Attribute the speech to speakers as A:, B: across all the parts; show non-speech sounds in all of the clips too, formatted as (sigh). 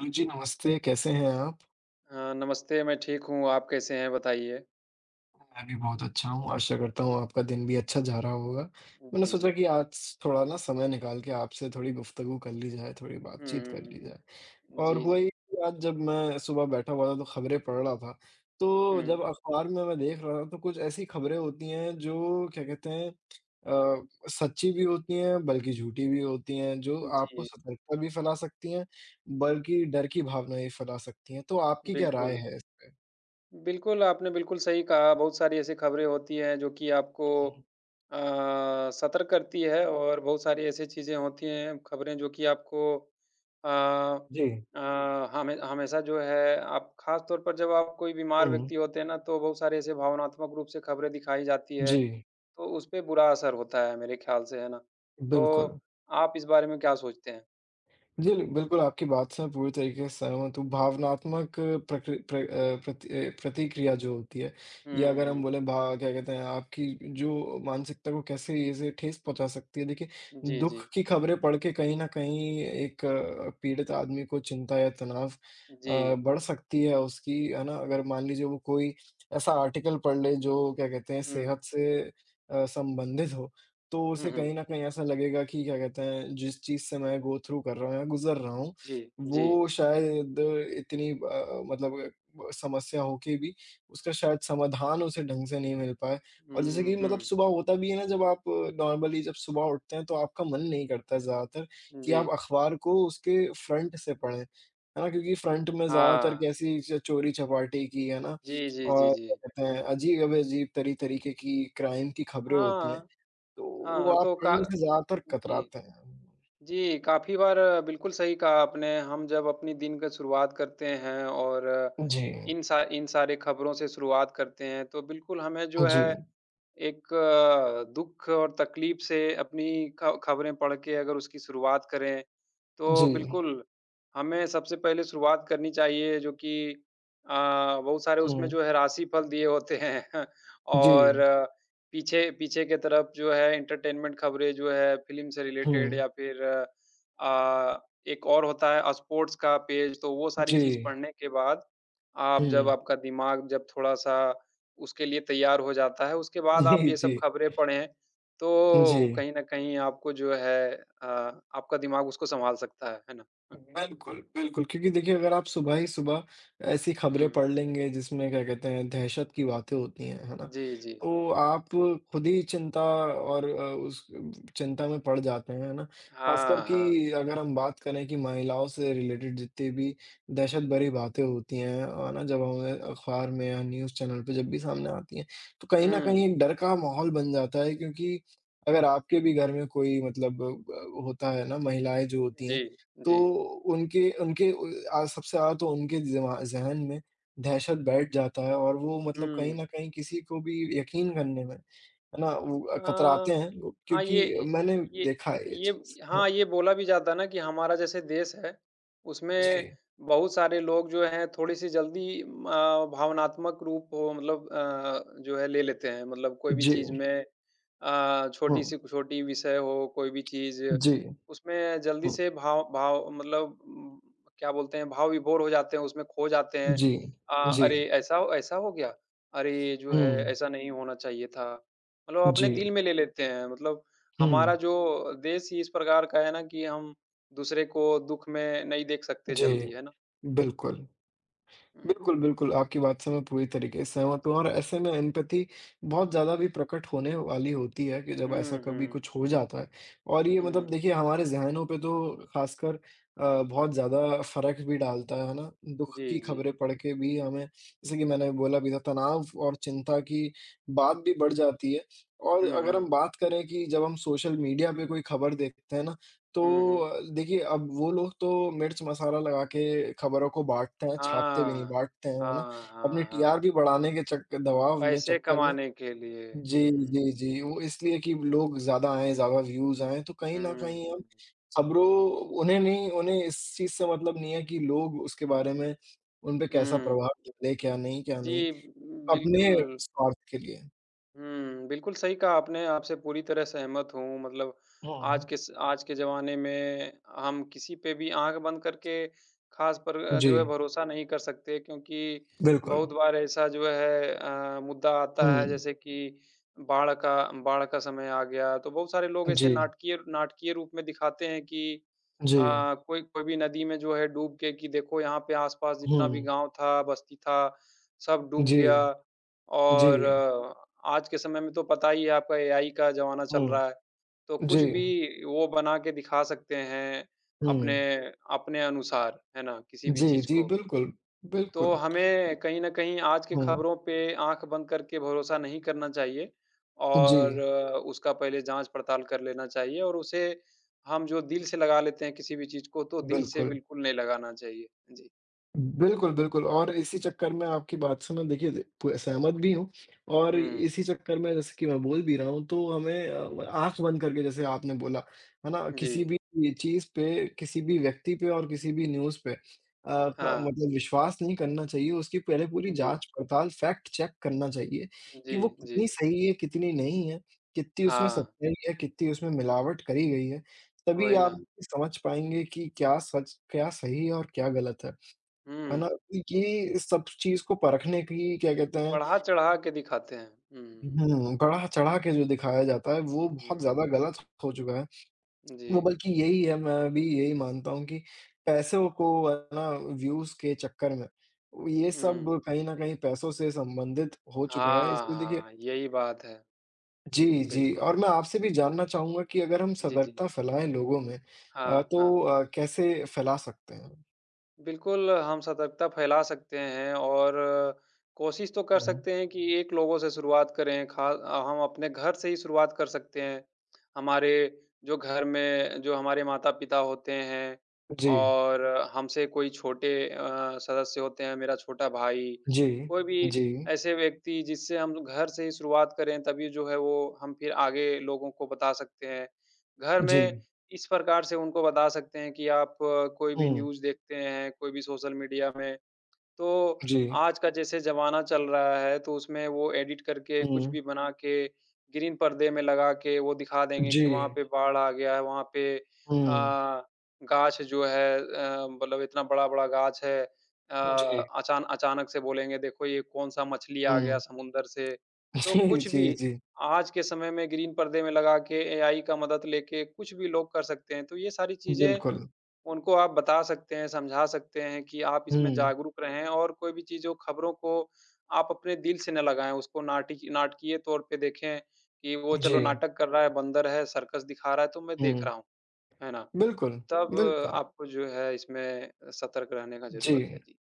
A: Hello जी, नमस्ते। कैसे हैं आप?
B: हाँ, नमस्ते, मैं ठीक हूँ, आप कैसे हैं बताइए?
A: मैं भी बहुत अच्छा हूँ, आशा करता हूँ आपका दिन भी अच्छा जा रहा होगा। मैंने
B: जी,
A: सोचा
B: जी।
A: कि आज थोड़ा ना समय निकाल के आपसे थोड़ी गुफ्तगू कर ली जाए, थोड़ी
B: हुँ,
A: बातचीत
B: हुँ,
A: कर ली
B: हुँ,
A: जाए।
B: हुँ।
A: और
B: जी,
A: हुआ
B: जी।
A: ये कि आज जब मैं सुबह बैठा हुआ था तो खबरें पढ़ रहा था, तो
B: हुँ,
A: जब अखबार में मैं देख रहा था तो कुछ ऐसी खबरें होती हैं जो क्या कहते हैं अ, सच्ची भी होती हैं बल्कि झूठी भी होती हैं, जो आपको
B: जी,
A: सतर्कता भी फैला सकती हैं, बल्कि डर की भावना भी फैला सकती हैं। तो आपकी क्या राय
B: बिल्कुल।
A: है इस पे?
B: बिल्कुल, आपने बिल्कुल सही कहा। बहुत सारी ऐसी खबरें होती हैं जो कि आपको
A: हुँ।
B: अ, सतर्क करती है और बहुत सारी ऐसी चीज़ें होती हैं, खबरें जो कि आपको अ
A: जी।
B: अ, हमेशा जो है आप ख़ास तौर पर जब आप कोई बीमार
A: हुँ।
B: व्यक्ति होते हैं ना, तो बहुत सारे ऐसे भावनात्मक रूप से खबरें दिखाई जाती है,
A: जी,
B: तो उसपे बुरा असर होता है मेरे ख़्याल से, है ना?
A: बिल्कुल।
B: तो आप इस बारे में क्या सोचते हैं?
A: जी, बिल्कुल आपकी बात से मैं पूरी तरीके से सहमत हूँ। भावनात्मक प्रकृ प्र अ, प्रति अ, प्रतिक्रिया जो होती है,
B: हुँ,
A: या अगर हम
B: हुँ।
A: बोले भा क्या कहते हैं आपकी जो मानसिकता को कैसे ये से ठेस पहुँचा सकती है। देखिए,
B: जी, जी।
A: दुःख की खबरें पढ़ के कहीं न कहीं एक पीड़ित आदमी को चिंता या तनाव
B: जी।
A: बढ़ सकती है उसकी, है ना? अगर मान लीजिए वो कोई ऐसा आर्टिकल पढ़ ले जो क्या कहते हैं
B: हुँ।
A: सेहत से संबंधित हो। तो
B: हुँ,
A: उसे
B: हुँ।
A: कहीं न कहीं ऐसा लगेगा कि क्या कहते हैं, जिस चीज़ से मैं गो थ्रू कर रहा हूँ या गुज़र रहा हूँ,
B: जी, जी।
A: वो शायद इतनी मतलब समस्या हो के भी उसका शायद समाधान उसे ढंग से नहीं मिल पाए। और जैसे
B: हुँ,
A: कि मतलब
B: हुँ।
A: सुबह होता भी है ना जब आप नॉर्मली जब सुबह उठते हैं तो आपका मन नहीं करता ज़्यादातर कि
B: जी।
A: आप अखबार को उसके फ्रंट से पढ़ें, है ना? क्योंकि फ्रंट में ज़्यादातर
B: हाँ।
A: कैसी च चोरी-चपाटी की है ना?
B: जी, जी, जी,
A: और
B: जी।
A: क्या कहते हैं, अजीब-अजीब तरीके की क्राइम की खबरें होती हैं।
B: हाँ,
A: तो वो
B: हाँ,
A: आप
B: तो का
A: पढ़ने से ज़्यादातर
B: जी।
A: कतराते हैं।
B: जी, काफ़ी बार बिल्कुल सही कहा आपने। हम जब अपनी दिन का शुरुआत करते हैं और
A: जी,
B: इन सारे खबरों से शुरुआत करते हैं, तो बिल्कुल हमें जो
A: जी,
B: है एक दुःख और तकलीफ़ से अपनी ख खबरें पढ़ के अगर उसकी शुरुआत करें, तो
A: जी,
B: बिल्कुल हमें सबसे पहले शुरुआत करनी चाहिए जो कि अ, बहुत सारे उसमें
A: हुँ,
B: जो है राशिफल दिए होते हैं (laughs) और
A: जी,
B: पीछे पीछे के तरफ जो है एंटरटेनमेंट खबरें जो है फ़िल्म से रिलेटेड
A: हुँ,
B: या फिर एक और होता है स्पोर्ट्स का पेज, तो वो सारी
A: जी,
B: चीज़ पढ़ने के बाद आप जब
A: हुँ,
B: आपका दिमाग जब थोड़ा-सा उसके लिए तैयार हो जाता है, उसके बाद आप
A: जी,
B: ये सब
A: जी,
B: खबरें पढ़ें,
A: जी।
B: तो कहीं न कहीं आपको जो है अ, आपका दिमाग उसको सँभाल सकता है ना?
A: बिल्कुल, बिल्कुल, क्योंकि देखिए अगर आप सुबह ही सुबह ऐसी खबरें
B: हुँ,
A: पढ़ लेंगे जिसमें क्या कहते हैं दहशत की बातें होती हैं, है ना?
B: जी, जी।
A: तो आप खुद ही चिंता और उस चिंता में पड़ जाते हैं, है ना? ख़ासकर
B: हाँ, हाँ।
A: कि अगर हम बात करें कि महिलाओं से रिलेटेड जितनी भी दहशत भरी बातें होती हैं, है ना? जब हमें अख़बार में या न्यूज़ चैनल पे जब भी सामने आती हैं, तो कहीं न
B: हुँ,
A: कहीं एक डर का माहौल बन जाता है क्योंकि अगर आपके भी घर में कोई मतलब होता है ना महिलाएँ जो होती हैं
B: जी,
A: तो
B: जी।
A: उनके उनके उ अ, सबसे ज़्यादा तो उनके दिमा ज़हन में दहशत बैठ जाता है और वो मतलब कहीं
B: हुँ।
A: न कहीं किसी को भी यकीन करने में, है ना? वो कतराते
B: अ,
A: हैं वो
B: हाँ,
A: क्योंकि मैंने
B: ये
A: देखा है ये
B: ये
A: चीज़। हाँ,
B: हाँ, ये बोला भी जाता है ना कि हमारा जैसे देश है, उसमें
A: जी,
B: बहुत सारे लोग जो हैं थोड़ी-सी जल्दी म भावनात्मक रूप हो मतलब जो है ले लेते हैं। मतलब कोई भी
A: जी,
B: चीज़ में,
A: हुँ,
B: छोटी-सी छोटी विषय हो, कोई भी चीज़
A: जी,
B: उसमें जल्दी
A: हुँ,
B: से भाव भाव मतलब उम, क्या बोलते हैं भाव विभोर हो जाते हैं, उसमें खो जाते हैं।
A: जी,
B: अ,
A: जी,
B: अरे! ऐसा ऐसा हो गया? अरे! ये जो है
A: हुँ,
B: ऐसा नहीं होना चाहिए था। मतलब अपने
A: जी,
B: दिल में ले लेते हैं। मतलब
A: हुँ,
B: हमारा जो देश ही इस प्रकार का है ना कि हम दूसरे को दुःख में नहीं देख सकते
A: जी,
B: जल्दी, है ना?
A: बिल्कुल।
B: हुँ।
A: बिल्कुल, बिल्कुल, आपकी बात से मैं पूरी तरीके से सहमत हूँ और ऐसे में एम्पैथी बहुत ज़्यादा भी प्रकट होने वाली होती है कि जब ऐसा
B: हुँ,
A: कभी
B: हुँ,
A: कुछ हो जाता है और ये
B: हुँ।
A: मतलब देखिए हमारे ज़हनों पे तो ख़ासकर बहुत ज़्यादा फ़र्क भी डालता है ना? दुःख की
B: जी, जी।
A: खबरें पढ़ के भी हमें जैसे कि मैंने बोला भी था तनाव और चिंता की बात भी बढ़ जाती है और
B: हुँ,
A: अगर हम
B: हुँ।
A: बात करें कि जब हम सोशल मीडिया पे कोई खबर देखते हैं ना तो
B: हुँ, हुँ।
A: देखिए, अब वो लोग तो मिर्च मसाला लगा के खबरों को बाँटते हैं, छापते भी नहीं,
B: हाँ।
A: बाँटते हैं, है ना?
B: हाँ,
A: अपनी
B: हाँ, हाँ।
A: टीआरपी बढ़ाने के चक दबाव में,
B: पैसे
A: चक्कर में
B: कमाने के लिए। हुँ,
A: जी,
B: हुँ, हुँ।
A: जी, जी, वो इसलिए कि लोग ज़्यादा आएँ, ज़्यादा व्यूज़ आएँ, तो कहीं न
B: हुँ,
A: कहीं हम
B: हुँ।
A: खबरों उन्हें नहीं उन्हें इस चीज़ से मतलब नहीं है कि लोग उसके बारे में उन पे कैसा
B: हुँ।
A: प्रभाव डाले, क्या
B: जी,
A: नहीं,
B: बिल्कुल।
A: अपने स्वार्थ के लिए।
B: हुँ, बिल्कुल सही कहा आपने, आपसे पूरी तरह सहमत हूँ। मतलब
A: हुँ।
B: आज के ज़माने में हम किसी पे भी आँख बंद करके ख़ास पर
A: जी,
B: जो है भरोसा नहीं कर सकते, क्योंकि
A: बिल्कुल।
B: बहुत बार ऐसा जो है मुद्दा आता है
A: हुँ,
B: जैसे कि बाढ़ का बाढ़ का समय आ गया, तो बहुत सारे लोग ऐसे
A: जी,
B: नाटकीय नाटकीय रूप में दिखाते हैं कि अ,
A: जी,
B: कोई कोई भी नदी में जो है डूब के कि देखो यहाँ पे आस-पास जितना भी
A: हुँ,
B: गाँव था, बस्ती था, सब डूब गया।
A: जी, जी।
B: और आज के समय में तो पता ही है आपका एआई का ज़माना चल
A: हुँ।
B: रहा है, तो
A: जी।
B: कुछ भी वो बना के दिखा सकते हैं अपने
A: हुँ।
B: अपने अनुसार, है ना? किसी भी
A: जी,
B: चीज़
A: जी,
B: को।
A: बिल्कुल,
B: तो
A: बिल्कुल।
B: हमें कहीं न कहीं आज की
A: हुँ।
B: खबरों पे आँख बंद करके भरोसा नहीं करना चाहिए और
A: जी,
B: उसका पहले जाँच-पड़ताल कर लेना चाहिए और उसे हम जो दिल से लगा लेते हैं किसी भी चीज़ को, तो दिल से
A: बिल्कुल।
B: बिल्कुल नहीं लगाना चाहिए। जी।
A: बिल्कुल, बिल्कुल और इसी चक्कर में आपकी बात से मैं देखिए प सहमत भी हूँ और
B: हुँ,
A: इसी चक्कर में जैसे कि मैं बोल भी रहा हूँ तो हमें
B: हुँ।
A: आँख बंद करके जैसे आपने बोला, है ना?
B: जी।
A: किसी भी चीज़ पे, किसी भी व्यक्ति पे और किसी भी न्यूज़ पे अ, क
B: हाँ।
A: मतलब विश्वास नहीं करना चाहिए, उसकी पहले पूरी
B: जी।
A: जाँच-पड़ताल, फैक्ट चेक करना चाहिए कि
B: जी,
A: वो
B: जी।
A: कितनी सही है, कितनी नहीं है, कितनी उसमें
B: हाँ।
A: सच्चाई है, कितनी उसमें मिलावट करी गई है। तभी
B: वही ना।
A: आप समझ पाएँगे कि क्या सच, क्या सही है और क्या गलत है। है ना?
B: हुँ,
A: ये सब चीज़ को परखने की क्या कहते हैं
B: बढ़ा-चढ़ा के दिखाते हैं। हुँ,
A: हुँ, बढ़ा-चढ़ा के जो दिखाया जाता है वो बहुत
B: हुँ,
A: ज़्यादा गलत हो चुका है।
B: जी।
A: वो बल्कि यही है मैं भी यही मानता हूँ कि पैसों को है ना व्यूज़ के चक्कर में ये सब
B: हुँ।
A: कहीं न कहीं पैसों से संबंधित हो चुका है।
B: हाँ,
A: इसलिए
B: हाँ,
A: देखिए
B: हाँ, यही बात है।
A: जी, जी
B: बिल्कुल।
A: और मैं आपसे भी जानना चाहूँगा कि अगर हम
B: जी, जी।
A: सतर्कता फैलाएँ लोगों में
B: हाँ,
A: तो
B: हाँ।
A: कैसे फैला सकते हैं?
B: बिल्कुल, हम सतर्कता फैला सकते हैं और कोशिश तो कर
A: हुँ।
B: सकते हैं कि एक लोगों से शुरुआत करें, हम अपने घर से ही शुरुआत कर सकते हैं। हमारे जो घर में जो हमारे माता-पिता होते हैं
A: जी,
B: और हमसे कोई छोटे सदस्य होते हैं, मेरा छोटा भाई,
A: जी,
B: कोई भी
A: जी,
B: ऐसे व्यक्ति जिससे हम घर से ही शुरुआत करें, तभी जो है वो हम फिर आगे लोगों को बता सकते हैं। घर
A: जी।
B: में इस प्रकार से उनको बता सकते हैं कि आप कोई भी
A: हुँ,
B: न्यूज़ देखते हैं, कोई भी सोशल मीडिया में, तो
A: जी।
B: आज का जैसे ज़माना चल रहा है तो उसमें वो एडिट करके कुछ
A: हुँ।
B: भी बना के, ग्रीन पर्दे में लगा के वो दिखा देंगे
A: जी।
B: कि वहाँ पे बाढ़ आ गया है, वहाँ पे
A: हुँ।
B: गाछ जो है मतलब इतना बड़ा-बड़ा गाछ है।
A: जी।
B: अचानक से बोलेंगे देखो ये कौन-सा मछली आ गया
A: हुँ।
B: समुंदर से।
A: (laughs)
B: तो
A: जी,
B: कुछ
A: जी,
B: भी
A: जी।
B: आज के समय में ग्रीन पर्दे में लगा के एआई का मदद लेके कुछ भी लोग कर सकते हैं। तो ये सारी चीज़ें
A: बिल्कुल।
B: उनको आप बता सकते हैं, समझा सकते हैं कि आप इसमें
A: हुँ।
B: जागरूक रहें और कोई भी चीज़ों खबरों को आप अपने दिल से ना लगाएँ, उसको नाटकीय तौर पे देखें कि वो चलो
A: जी।
B: नाटक कर रहा है, बंदर है, सर्कस दिखा रहा है तो मैं देख
A: हुँ।
B: रहा हूँ, है ना?
A: बिल्कुल,
B: तब
A: बिल्कुल।
B: आपको जो है इसमें सतर्क रहने का
A: जी।
B: ज़रूरत है। जी।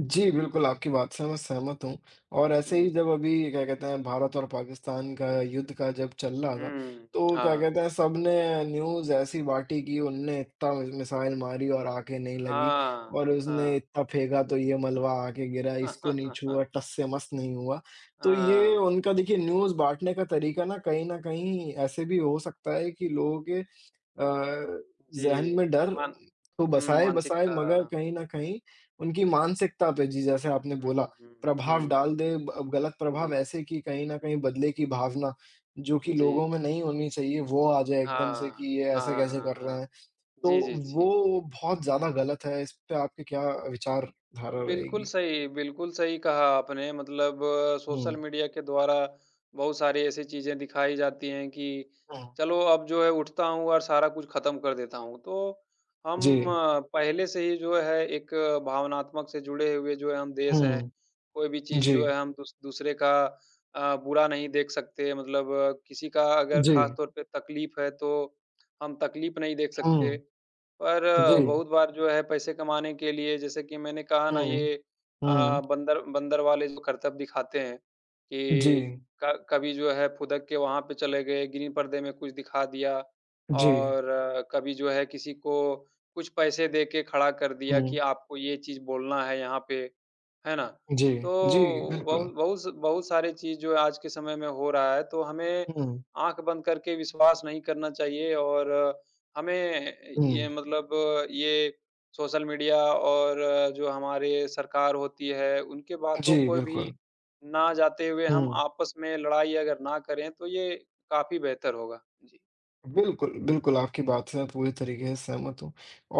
A: जी, बिल्कुल, आपकी बात से मैं सहमत हूँ और
B: हुँ,
A: ऐसे ही
B: हुँ।
A: जब अभी क्या कहते हैं भारत और पाकिस्तान का युद्ध का जब चल रहा था,
B: हुँ,
A: तो क्या
B: हाँ।
A: कहते हैं सबने न्यूज़ ऐसी बाँटी कि उनने इतना मि मिसाइल मारी और आके नहीं लगी
B: हाँ,
A: और उसने
B: हाँ।
A: इतना फेंका तो ये मलबा आके गिरा, इसको नहीं छुआ,
B: (laughs)
A: टस से मस नहीं हुआ। तो ये
B: हाँ,
A: उनका देखिए न्यूज़ बाँटने का तरीका ना कहीं न कहीं ऐसे भी हो सकता है कि लोगों के अ,
B: जी।
A: ज़हन में डर
B: मान
A: तो
B: हुँ,
A: बसाए-बसाए
B: मानसिकता।
A: मगर कहीं न कहीं उनकी मानसिकता पे जी जैसे आपने
B: हुँ,
A: बोला,
B: हुँ, हुँ,
A: प्रभाव
B: हुँ।
A: डाल दे ब गलत प्रभाव
B: जी,
A: ऐसे कि कहीं न कहीं बदले की भावना, जो कि
B: जी।
A: लोगों में नहीं होनी चाहिए वो आ जाए एकदम से
B: हाँ,
A: कि ये ऐसा
B: हाँ,
A: कैसे
B: हाँ,
A: कर रहे
B: हाँ।
A: हैं। तो
B: जी, जी,
A: वो
B: जी।
A: बहुत ज़्यादा गलत है, इस पे आपकी क्या विचारधारा रहेगी?
B: बिल्कुल सही कहा आपने, मतलब सोशल
A: हुँ।
B: मीडिया के द्वारा बहुत सारी ऐसी चीज़ें दिखाई जाती हैं कि
A: हुँ।
B: चलो अब जो है उठता हूँ और सारा कुछ ख़त्म कर देता हूँ। तो हम
A: जी।
B: पहले से ही जो है एक भावनात्मक से जुड़े हुए जो है हम देश हैं।
A: हुँ।
B: कोई भी चीज़
A: जी।
B: जो है हम दूसरे का बुरा नहीं देख सकते, मतलब किसी का अगर
A: जी।
B: ख़ास तौर पे तकलीफ़ है तो हम तकलीफ़ नहीं देख सकते।
A: हुँ।
B: पर
A: जी।
B: बहुत बार जो है पैसे कमाने के लिए जैसे कि मैंने कहा ना
A: हुँ।
B: ये
A: हुँ।
B: बंदर बंदर वाले जो करतब दिखाते हैं
A: जी।
B: कि क कभी जो है फुदक के वहाँ पे चले गए, ग्रीन पर्दे में कुछ दिखा दिया
A: जी।
B: और कभी जो है किसी को कुछ पैसे दे के खड़ा कर दिया कि
A: हुँ।
B: आपको ये चीज़ बोलना है यहाँ पे, है ना?
A: जी,
B: तो
A: जी, बिल्कुल।
B: बहुत बहुत बहुत सारी चीज़ जो आज के समय में हो रहा है, तो हमें
A: हुँ,
B: आँख बंद करके विश्वास नहीं करना चाहिए और हमें
A: हुँ।
B: ये मतलब ये सोशल मीडिया और जो हमारे सरकार होती है, उनके बातों
A: जी,
B: पे भी
A: बिल्कुल।
B: ना जाते हुए हम
A: हुँ।
B: आपस में लड़ाई अगर ना करें, तो ये काफ़ी बेहतर होगा। जी।
A: बिल्कुल, बिल्कुल, आपकी बात से मैं पूरी तरीके से सहमत हूँ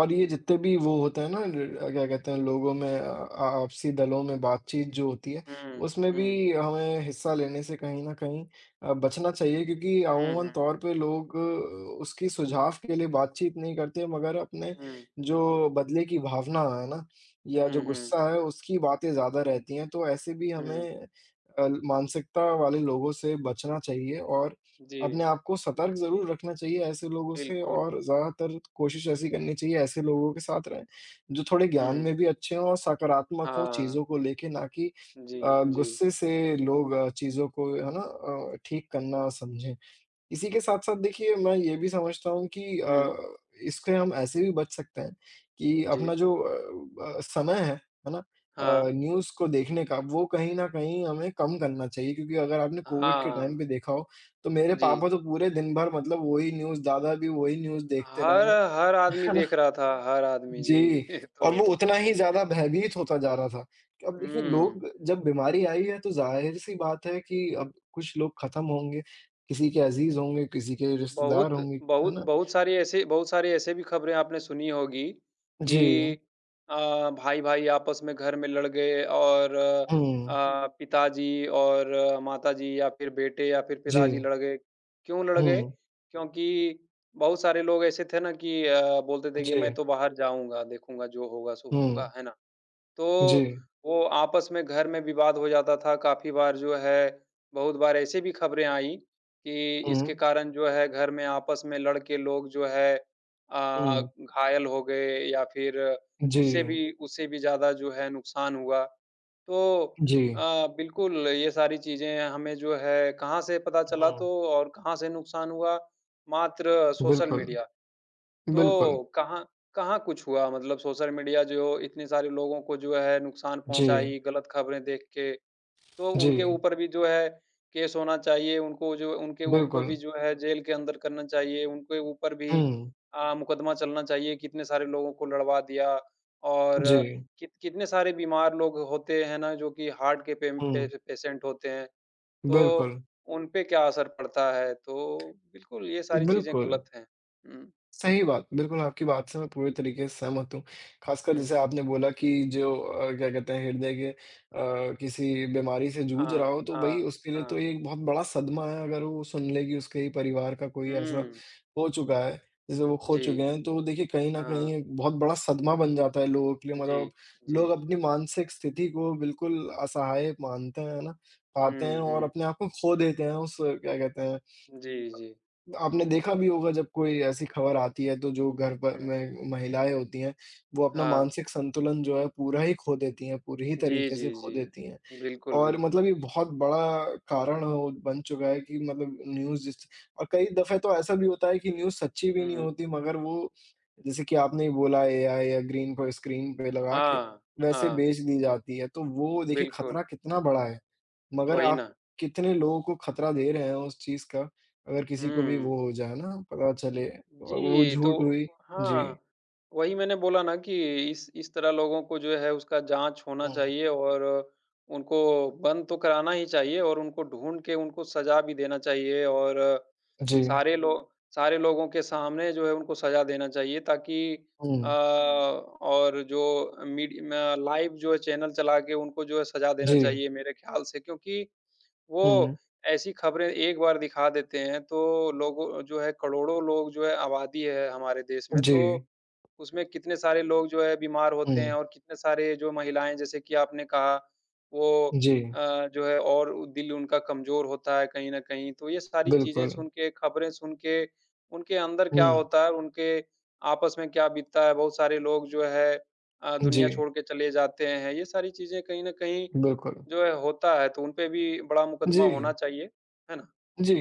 A: और ये
B: हुँ।
A: जितने भी वो होता है ना ल क्या कहते हैं लोगों में आपसी दलों में बातचीत जो होती है,
B: हुँ,
A: उसमें
B: हुँ।
A: भी हमें हिस्सा लेने से कहीं न कहीं बचना चाहिए क्योंकि
B: हुँ,
A: अमूमन
B: हुँ।
A: तौर पे लोग उसकी सुझाव के लिए बातचीत नहीं करते मगर अपने
B: हुँ।
A: जो बदले की भावना है ना, या
B: हुँ,
A: जो
B: हुँ,
A: गुस्सा है उसकी बातें ज़्यादा रहती हैं, तो ऐसे भी
B: हुँ।
A: हमें मानसिकता वाले लोगों से बचना चाहिए और अपने
B: जी,
A: आप को सतर्क ज़रूर रखना चाहिए ऐसे लोगों से
B: बिल्कुल।
A: और ज़्यादातर कोशिश ऐसी करनी चाहिए ऐसे लोगों के साथ रहें, जो थोड़े ज्ञान में
B: हुँ।
A: भी अच्छे हों और सकारात्मक हों
B: हाँ।
A: चीज़ों को लेके ना कि
B: जी, जी।
A: गुस्से से लोग चीज़ों को है ना ठीक करना समझें। इसी के साथ-साथ देखिए मैं ये भी समझता हूँ कि
B: हुँ।
A: इससे हम ऐसे भी बच सकते हैं कि
B: जी।
A: अपना जो समय है ना?
B: हाँ।
A: न्यूज़ को देखने का वो कहीं न कहीं हमें कम करना चाहिए क्योंकि अगर आपने कोविड के टाइम
B: हाँ।
A: पे देखा हो, तो मेरे
B: जी।
A: पापा तो पूरे दिन भर मतलब वही न्यूज़, दादा भी वही न्यूज़ देखते रहे
B: हर
A: हैं।
B: हर
A: (laughs)
B: आदमी
A: है ना?
B: देख रहा था, हर आदमी,
A: जी,
B: जी। (laughs) तो
A: और वो उतना ही
B: हुँ,
A: ज़्यादा भयभीत होता जा रहा था कि अब देखिए
B: हुँ।
A: लोग जब बीमारी आई है तो ज़ाहिर-सी बात है कि अब कुछ लोग ख़त्म होंगे, किसी के अज़ीज़ होंगे, किसी के रिश्तेदार
B: बहुत
A: होंगे, है
B: बहुत
A: ना?
B: बहुत सारी ऐसी बहुत सारी ऐसे भी खबरें आपने सुनी होगी कि
A: जी,
B: भाई-भाई आपस में घर में लड़ गए और
A: हुँ,
B: पिताजी और माताजी या फिर बेटे या फिर पिताजी
A: जी,
B: लड़ गए। क्यों लड़ गए?
A: हुँ,
B: क्योंकि बहुत सारे लोग ऐसे थे ना कि बोलते थे कि मैं
A: जी,
B: तो बाहर जाऊँगा, देखूँगा जो होगा सो
A: हुँ,
B: होगा, है ना? तो
A: जी,
B: वो आपस में घर में विवाद हो जाता था काफ़ी बार जो है, बहुत बार ऐसी भी खबरें आई कि
A: हुँ,
B: इसके कारण जो है घर में आपस में लड़ के लोग जो है
A: हुँ,
B: घायल हो गए या फिर
A: जी,
B: उससे भी ज़्यादा जो है नुकसान हुआ। तो
A: जी,
B: अ, बिल्कुल ये सारी चीज़ें हमें जो है कहाँ से पता चला
A: हुँ,
B: तो और कहाँ से नुकसान हुआ? मात्र सोशल
A: बिल्कुल,
B: मीडिया।
A: बिल्कुल,
B: तो कहाँ कहाँ कुछ हुआ, मतलब सोशल मीडिया जो इतने सारे लोगों को जो है नुकसान
A: जी,
B: पहुँचाई, गलत खबरें देख के, तो
A: जी,
B: उनके ऊपर भी जो है केस होना चाहिए, उनको जो उनके उनको
A: बिल्कुल,
B: भी जो है जेल के अंदर करना चाहिए, उनके ऊपर भी
A: हुँ,
B: मुकदमा चलना चाहिए, कितने सारे लोगों को लड़वा दिया और
A: जी,
B: कितने सारे बीमार लोग होते हैं ना जो कि हार्ट के पेम पे
A: हुँ,
B: पेशेंट होते हैं, तो
A: बिल्कुल,
B: उन पे क्या असर पड़ता है, तो बिल्कुल ये सारी चीज़ें
A: बिल्कुल।
B: गलत हैं। हुँ,
A: सही बात। बिल्कुल, आपकी बात से मैं पूरी तरीके से सहमत हूँ। ख़ासकर
B: हुँ।
A: जैसे आपने बोला कि जो क्या कहते हैं हृदय के किसी बीमारी से जूझ रहा
B: हाँ,
A: हो तो भई
B: हाँ,
A: उसके लिए तो
B: हाँ।
A: ये एक बहुत बड़ा सदमा है अगर वो सुन ले कि उसके ही परिवार का कोई ऐसा
B: हुँ,
A: हो चुका है, जैसे वो खो
B: जी।
A: चुके हैं। तो देखिए कहीं न
B: हाँ,
A: कहीं एक बहुत बड़ा सदमा बन जाता है लोगों के लिए
B: जी,
A: मतलब
B: जी।
A: लोग अपनी मानसिक स्थिति को बिल्कुल असहाय मानते हैं, है ना? पाते हैं
B: हुँ,
A: और
B: हुँ।
A: अपने आप को खो देते हैं उस क्या कहते हैं
B: जी, जी।
A: आपने देखा भी होगा जब कोई ऐसी खबर आती है तो जो घर पर
B: हुँ,
A: में महिलाएँ होती हैं, वो अपना
B: हाँ।
A: मानसिक संतुलन जो है पूरा ही खो देती हैं, पूरी ही
B: जी,
A: तरीके
B: जी,
A: से खो
B: जी।
A: देती हैं।
B: बिल्कुल,
A: और
B: बिल्कुल।
A: मतलब ये बहुत बड़ा कारण हो बन चुका है कि मतलब न्यूज़ जिस और कई दफ़े तो ऐसा भी होता है कि न्यूज़ सच्ची भी नहीं
B: हुँ,
A: होती मगर वो जैसे कि आपने ही बोला एआई या ग्रीन को स्क्रीन पे लगा के
B: हाँ,
A: वैसे
B: हाँ।
A: बेच दी जाती है, तो वो देखिए खतरा
B: बिल्कुल,
A: कितना बड़ा है। मगर
B: वही
A: आप
B: ना।
A: कितने लोगों को खतरा दे रहे हैं उस चीज़ का, अगर किसी को भी
B: हुँ।
A: वो हो जाए ना पता चले और वो
B: जी, तो
A: झूठ हुई जी।
B: हाँ, वही मैंने बोला ना कि इस तरह लोगों को जो है उसका जाँच होना
A: हुँ,
B: चाहिए और उनको बंद तो कराना ही चाहिए और उनको ढूँढ के उनको सज़ा भी देना चाहिए और
A: जी।
B: सारे लोगों के सामने जो है उनको सज़ा देना चाहिए ताकि
A: हुँ,
B: और जो मीड म लाइव जो है चैनल चला के उनको जो है सज़ा देना
A: जी।
B: चाहिए मेरे ख़्याल से, क्योंकि वो
A: हुँ,
B: ऐसी खबरें एक बार दिखा देते हैं तो लोगों जो है करोड़ों लोग जो है आबादी है हमारे देश में,
A: जी।
B: तो उसमें कितने सारे लोग जो है बीमार होते हैं
A: हुँ,
B: और कितने सारे जो महिलाएँ जैसे कि आपने कहा वो
A: जी,
B: अ, जो है और उ- दिल उनका कमज़ोर होता है कहीं न कहीं। तो ये सारी चीज़ें
A: बिल्कुल।
B: सुन के, खबरें सुन के, उनके अंदर क्या
A: हुँ,
B: होता है, उनके आपस में क्या बीतता है, बहुत सारे लोग जो है दुनिया
A: जी,
B: छोड़ के चले जाते हैं। ये सारी चीज़ें कहीं न कहीं
A: बिल्कुल।
B: जो है होता है, तो उनपे भी बड़ा मुकदमा होना
A: जी,
B: चाहिए, है ना?
A: जी।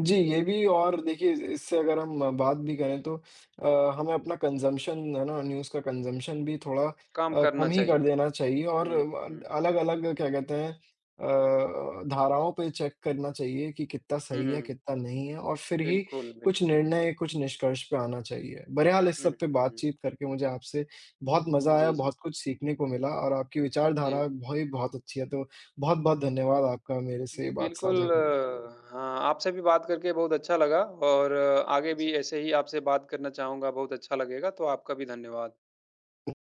A: जी, ये
B: हुँ,
A: भी और देखिए इस इससे अगर हम बात भी करें तो हमें अपना कंज़म्पशन है ना, न्यूज़ का कंज़म्पशन भी थोड़ा
B: काम करना
A: कम ही कर
B: चाहिए।
A: देना चाहिए और
B: हुँ, हुँ।
A: अलग-अलग क्या कहते हैं धाराओं पे चेक करना चाहिए कि कितना सही है,
B: हुँ,
A: कितना नहीं है और फिर ही
B: बिल्कुल,
A: कुछ
B: बिल्कुल।
A: निर्णय, कुछ निष्कर्ष पे आना चाहिए। बहरहाल इस
B: हुँ,
A: सब पे
B: हुँ, हुँ।
A: बातचीत करके मुझे आपसे बहुत मज़ा आया,
B: जी, जी।
A: बहुत कुछ सीखने को मिला और आपकी
B: जी,
A: विचारधारा
B: जी।
A: भई बहुत अच्छी है, तो बहुत-बहुत धन्यवाद आपका मेरे से ये बात साझा
B: बिल्कुल,
A: करने के लिए।
B: हाँ, आपसे भी बात करके बहुत अच्छा लगा और आगे
A: जी।
B: भी ऐसे ही आपसे बात करना चाहूँगा, बहुत अच्छा लगेगा, तो आपका भी धन्यवाद।